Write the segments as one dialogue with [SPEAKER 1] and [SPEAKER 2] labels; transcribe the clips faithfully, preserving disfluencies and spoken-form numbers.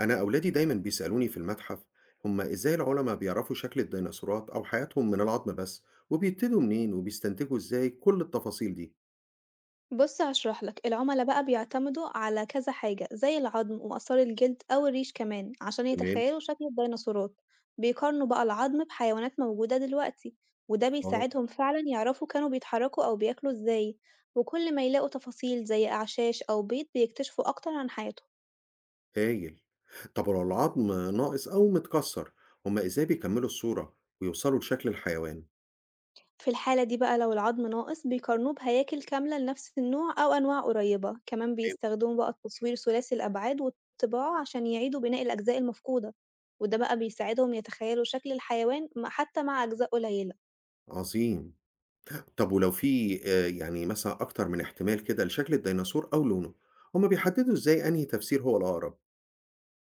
[SPEAKER 1] أنا أولادي دايمًا بيسألوني في المتحف، هما إزاي العلماء بيعرفوا شكل الديناصورات أو حياتهم من العظم بس؟ وبيبتدوا منين وبيستنتجوا إزاي كل التفاصيل دي؟
[SPEAKER 2] بُص هاشرح لك، العُملا بقى بيعتمدوا على كذا حاجة زي العضم وآثار الجلد أو الريش كمان عشان
[SPEAKER 1] تمام؟
[SPEAKER 2] يتخيلوا شكل الديناصورات، بيقارنوا بقى العظم بحيوانات موجودة دلوقتي، وده
[SPEAKER 1] آه.
[SPEAKER 2] بيساعدهم فعلًا يعرفوا كانوا بيتحركوا أو بياكلوا إزاي، وكل ما يلاقوا تفاصيل زي أعشاش أو بيض بيكتشفوا أكتر عن حياتهم.
[SPEAKER 1] هايل. طب لو العظم ناقص أو متكسر، هما إزاي بيكملوا الصورة ويوصلوا لشكل الحيوان؟
[SPEAKER 2] في الحالة دي بقى لو العظم ناقص بيقارنوه بهياكل كاملة لنفس النوع أو أنواع قريبة، كمان
[SPEAKER 1] تمام.
[SPEAKER 2] بيستخدموا بقى التصوير ثلاثي الأبعاد والطباعة عشان يعيدوا بناء الأجزاء المفقودة، وده بقى بيساعدهم يتخيلوا شكل الحيوان م- حتى مع أجزاء قليلة.
[SPEAKER 1] عظيم. طب ولو في آه، يعني مثلا أكتر من احتمال كده لشكل الديناصور أو لونه، هما بيحددوا إزاي أنهي تفسير هو الأقرب؟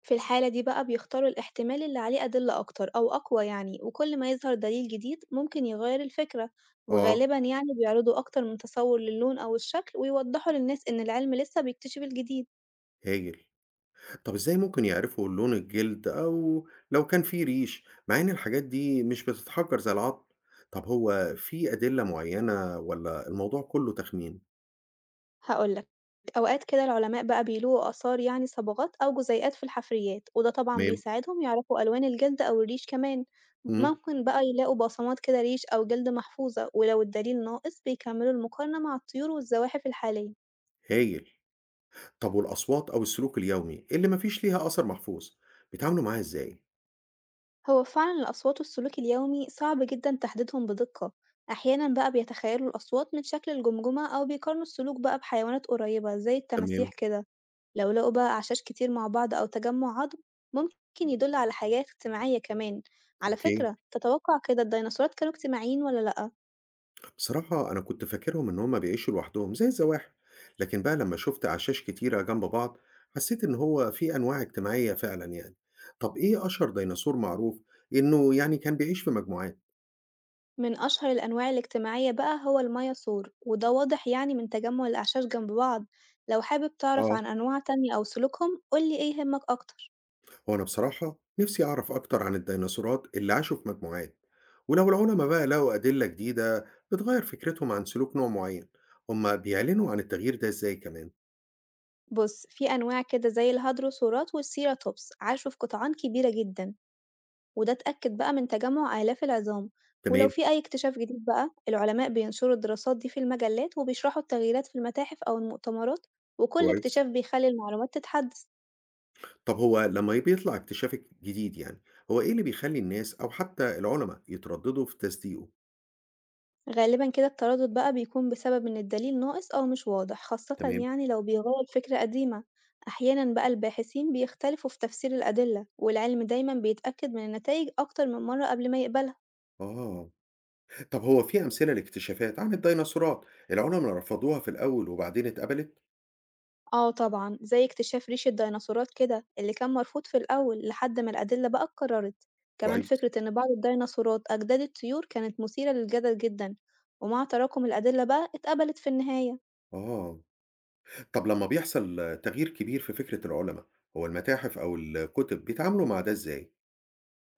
[SPEAKER 2] في الحالة دي بقى بيختاروا الاحتمال اللي عليه أدلة أكتر أو أقوى يعني، وكل ما يظهر دليل جديد ممكن يغير الفكرة،
[SPEAKER 1] آه.
[SPEAKER 2] وغالبا يعني بيعرضوا أكتر من تصور للون أو الشكل ويوضحوا للناس إن العلم لسه بيكتشف الجديد.
[SPEAKER 1] هايل. طب إزاي ممكن يعرفوا لون الجلد أو لو كان فيه ريش مع إن الحاجات دي مش بتتحجر زي العظم؟ طب هو في أدلة معينة ولا الموضوع كله تخمين؟
[SPEAKER 2] هاقول لك، أوقات كده العلماء بقى بيلقوا آثار يعني صبغات أو جزيئات في الحفريات، وده طبعًا
[SPEAKER 1] تمام.
[SPEAKER 2] بيساعدهم يعرفوا ألوان الجلد أو الريش كمان،
[SPEAKER 1] مم.
[SPEAKER 2] ممكن بقى يلاقوا بصمات كده ريش أو جلد محفوظة، ولو الدليل ناقص بيكملوا المقارنة مع الطيور والزواحف الحالية.
[SPEAKER 1] هايل. طب والأصوات أو السلوك اليومي اللي مفيش ليها أثر محفوظ، بيتعاملوا معاها إزاي؟
[SPEAKER 2] هو فعلًا الأصوات والسلوك اليومي صعب جدًا تحديدهم بدقة، أحيانًا بقى بيتخيلوا الأصوات من شكل الجمجمة أو بيقارنوا السلوك بقى بحيوانات قريبة زي التماسيح
[SPEAKER 1] تمام.
[SPEAKER 2] كده. لو لقوا بقى أعشاش كتير مع بعض أو تجمع عضم، ممكن يدل على حياة اجتماعية كمان، على
[SPEAKER 1] أوكي.
[SPEAKER 2] فكرة تتوقع كده الديناصورات كانوا اجتماعيين ولا لأ؟
[SPEAKER 1] بصراحة أنا كنت فاكرهم إن هما بيعيشوا لوحدهم زي الزواحف، لكن بقى لما شفت أعشاش كتيرة جنب بعض حسيت إن هو في أنواع اجتماعية فعلا يعني. طب إيه أشهر ديناصور معروف إنه يعني كان بيعيش في مجموعات؟
[SPEAKER 2] من أشهر الأنواع الاجتماعية بقى هو المياصور، وده واضح يعني من تجمع الأعشاش جنب بعض، لو حابب تعرف
[SPEAKER 1] آه.
[SPEAKER 2] عن أنواع تانية أو سلوكهم قولي إيه يهمك أكتر.
[SPEAKER 1] هو أنا بصراحة نفسي أعرف أكتر عن الديناصورات اللي عاشوا في مجموعات، ولو العلماء بقى لقوا أدلة جديدة بتغير فكرتهم عن سلوك نوع معين، هما بيعلنوا عن التغيير ده إزاي كمان؟
[SPEAKER 2] بص في أنواع كده زي الهادروسورات والسيراتوبس عاشوا في قطعان كبيرة جدا، وده اتأكد بقى من تجمُّع آلاف العظام، ولو
[SPEAKER 1] تمام.
[SPEAKER 2] في أي اكتشاف جديد بقى العلماء بينشروا الدراسات دي في المجلات وبيشرحوا التغييرات في المتاحف أو المؤتمرات، وكل
[SPEAKER 1] كويس.
[SPEAKER 2] اكتشاف بيخلّي المعلومات تتحدّث.
[SPEAKER 1] طب هو لما بيطلع اكتشاف جديد يعني، هو إيه اللي بيخلّي الناس أو حتى العُلَما يتردّدوا في تصديقه؟
[SPEAKER 2] غالبًا كده التردد بقى بيكون بسبب إن الدليل ناقص أو مش واضح، خاصةً
[SPEAKER 1] تمام؟
[SPEAKER 2] يعني لو بيغيّر فكرة قديمة، أحيانًا بقى الباحثين بيختلفوا في تفسير الأدلة، والعلم دايمًا بيتأكد من النتايج أكتر من مرّة قبل ما يقبلها.
[SPEAKER 1] آه. طب هو في أمثلة لاكتشافات عن الديناصورات العُلَما رفضوها في الأول وبعدين اتقبلت؟
[SPEAKER 2] آه طبعًا، زي اكتشاف ريش الديناصورات كده اللي كان مرفوض في الأول لحد ما الأدلة بقى اتكررت، كمان
[SPEAKER 1] كويس.
[SPEAKER 2] فكرة إن بعض الديناصورات أجداد الطيور كانت مثيرة للجدل جدًا، ومع تراكم الأدلة بقى اتقبلت في النهاية.
[SPEAKER 1] آه. طب لما بيحصل تغيير كبير في فكرة العُلَما، هو المتاحف أو الكُتب بيتعاملوا مع ده إزاي؟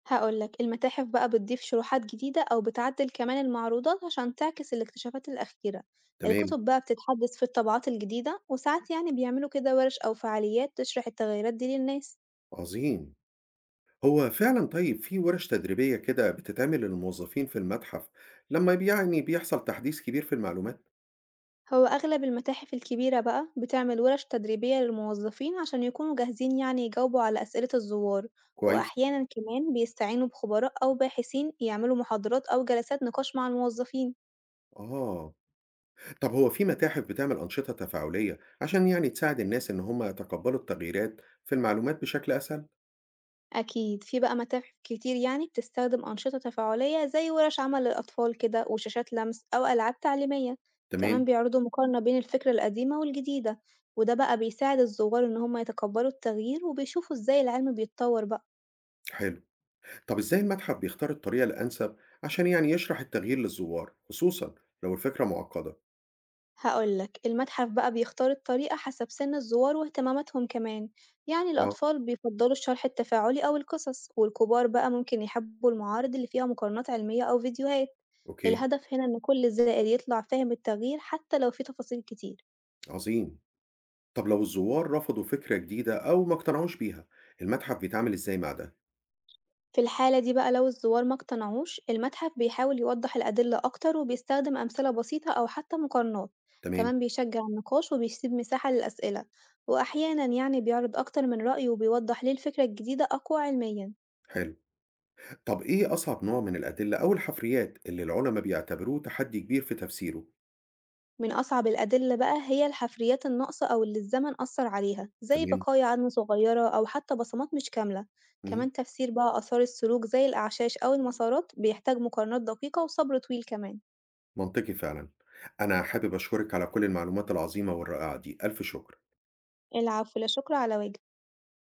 [SPEAKER 2] هاقول لك، المتاحف بقى بتضيف شروحات جديدة أو بتعدل كمان المعروضات عشان تعكس الاكتشافات الأخيرة،
[SPEAKER 1] تمام.
[SPEAKER 2] الكتب بقى بتتحدث في الطبعات الجديدة، وساعات يعني بيعملوا كده ورش أو فعاليات تشرح التغيرات دي للناس.
[SPEAKER 1] عظيم. هو فعلًا طيب في وِرَش تدريبية كده بتتعمل للموظفين في المتحف لما ب يعني بيحصل تحديث كبير في المعلومات؟
[SPEAKER 2] هو أغلب المتاحف الكبيرة بقى بتعمل ورش تدريبية للموظفين عشان يكونوا جاهزين يعني يجاوبوا على أسئلة الزوار،
[SPEAKER 1] كويس.
[SPEAKER 2] وأحيانا كمان بيستعينوا بخبراء أو باحثين يعملوا محاضرات أو جلسات نقاش مع الموظفين.
[SPEAKER 1] آه. طب هو في متاحف بتعمل أنشطة تفاعلية عشان يعني تساعد الناس إن هم يتقبلوا التغييرات في المعلومات بشكل أسهل؟
[SPEAKER 2] أكيد في بقى متاحف كتير يعني بتستخدم أنشطة تفاعلية زي ورش عمل للأطفال كده وشاشات لمس أو ألعاب تعليمية، كمان
[SPEAKER 1] تمام.
[SPEAKER 2] بيعرضوا مقارنة بين الفكرة القديمة والجديدة، وده بقى بيساعد الزوار إن هما يتقبلوا التغيير وبيشوفوا إزاي العلم بيتطور بقى.
[SPEAKER 1] حلو. طب إزاي المتحف بيختار الطريقة الأنسب عشان يعني يشرح التغيير للزوار خصوصا لو الفكرة معقدة؟
[SPEAKER 2] هاقول لك، المتحف بقى بيختار الطريقة حسب سن الزوار واهتماماتهم كمان، يعني
[SPEAKER 1] آه.
[SPEAKER 2] الأطفال بيفضّلوا الشرح التفاعلي أو القصص، والكبار بقى ممكن يحبوا المعارض اللي فيها مقارنات علمية أو فيديوهات،
[SPEAKER 1] أوكي.
[SPEAKER 2] الهدف هنا إن كل زائر يطلع فاهم التغيير حتى لو في تفاصيل كتير.
[SPEAKER 1] عظيم. طب لو الزوار رفضوا فكرة جديدة أو ما اقتنعوش بيها، المتحف بيتعامل إزاي مع ده؟
[SPEAKER 2] في الحالة دي بقى لو الزوار ما اقتنعوش المتحف بيحاول يوضح الأدلة أكتر وبيستخدم أمثلة بسيطة أو حتى مقارنات،
[SPEAKER 1] تمام.
[SPEAKER 2] كمان بيشجع النقاش وبيسيب مساحة للأسئلة، وأحيانا يعني بيعرض أكتر من رأي وبيوضح ليه الفكرة الجديدة أقوى علميا.
[SPEAKER 1] حلو. طب إيه أصعب نوع من الأدلة أو الحفريات اللي العلماء بيعتبروه تحدي كبير في تفسيره؟
[SPEAKER 2] من أصعب الأدلة بقى هي الحفريات الناقصة أو اللي الزمن أثر عليها زي
[SPEAKER 1] تمام؟
[SPEAKER 2] بقايا عظم صغيرة أو حتى بصمات مش كاملة،
[SPEAKER 1] مهم.
[SPEAKER 2] كمان تفسير بقى آثار السلوك زي الأعشاش أو المسارات بيحتاج مقارنات دقيقة وصبر طويل كمان.
[SPEAKER 1] منطقي فعلًا. أنا حابب أشكرِك على كل المعلومات العظيمة والرائعة دي، ألف شكر.
[SPEAKER 2] العفو، لا شكر على واجب.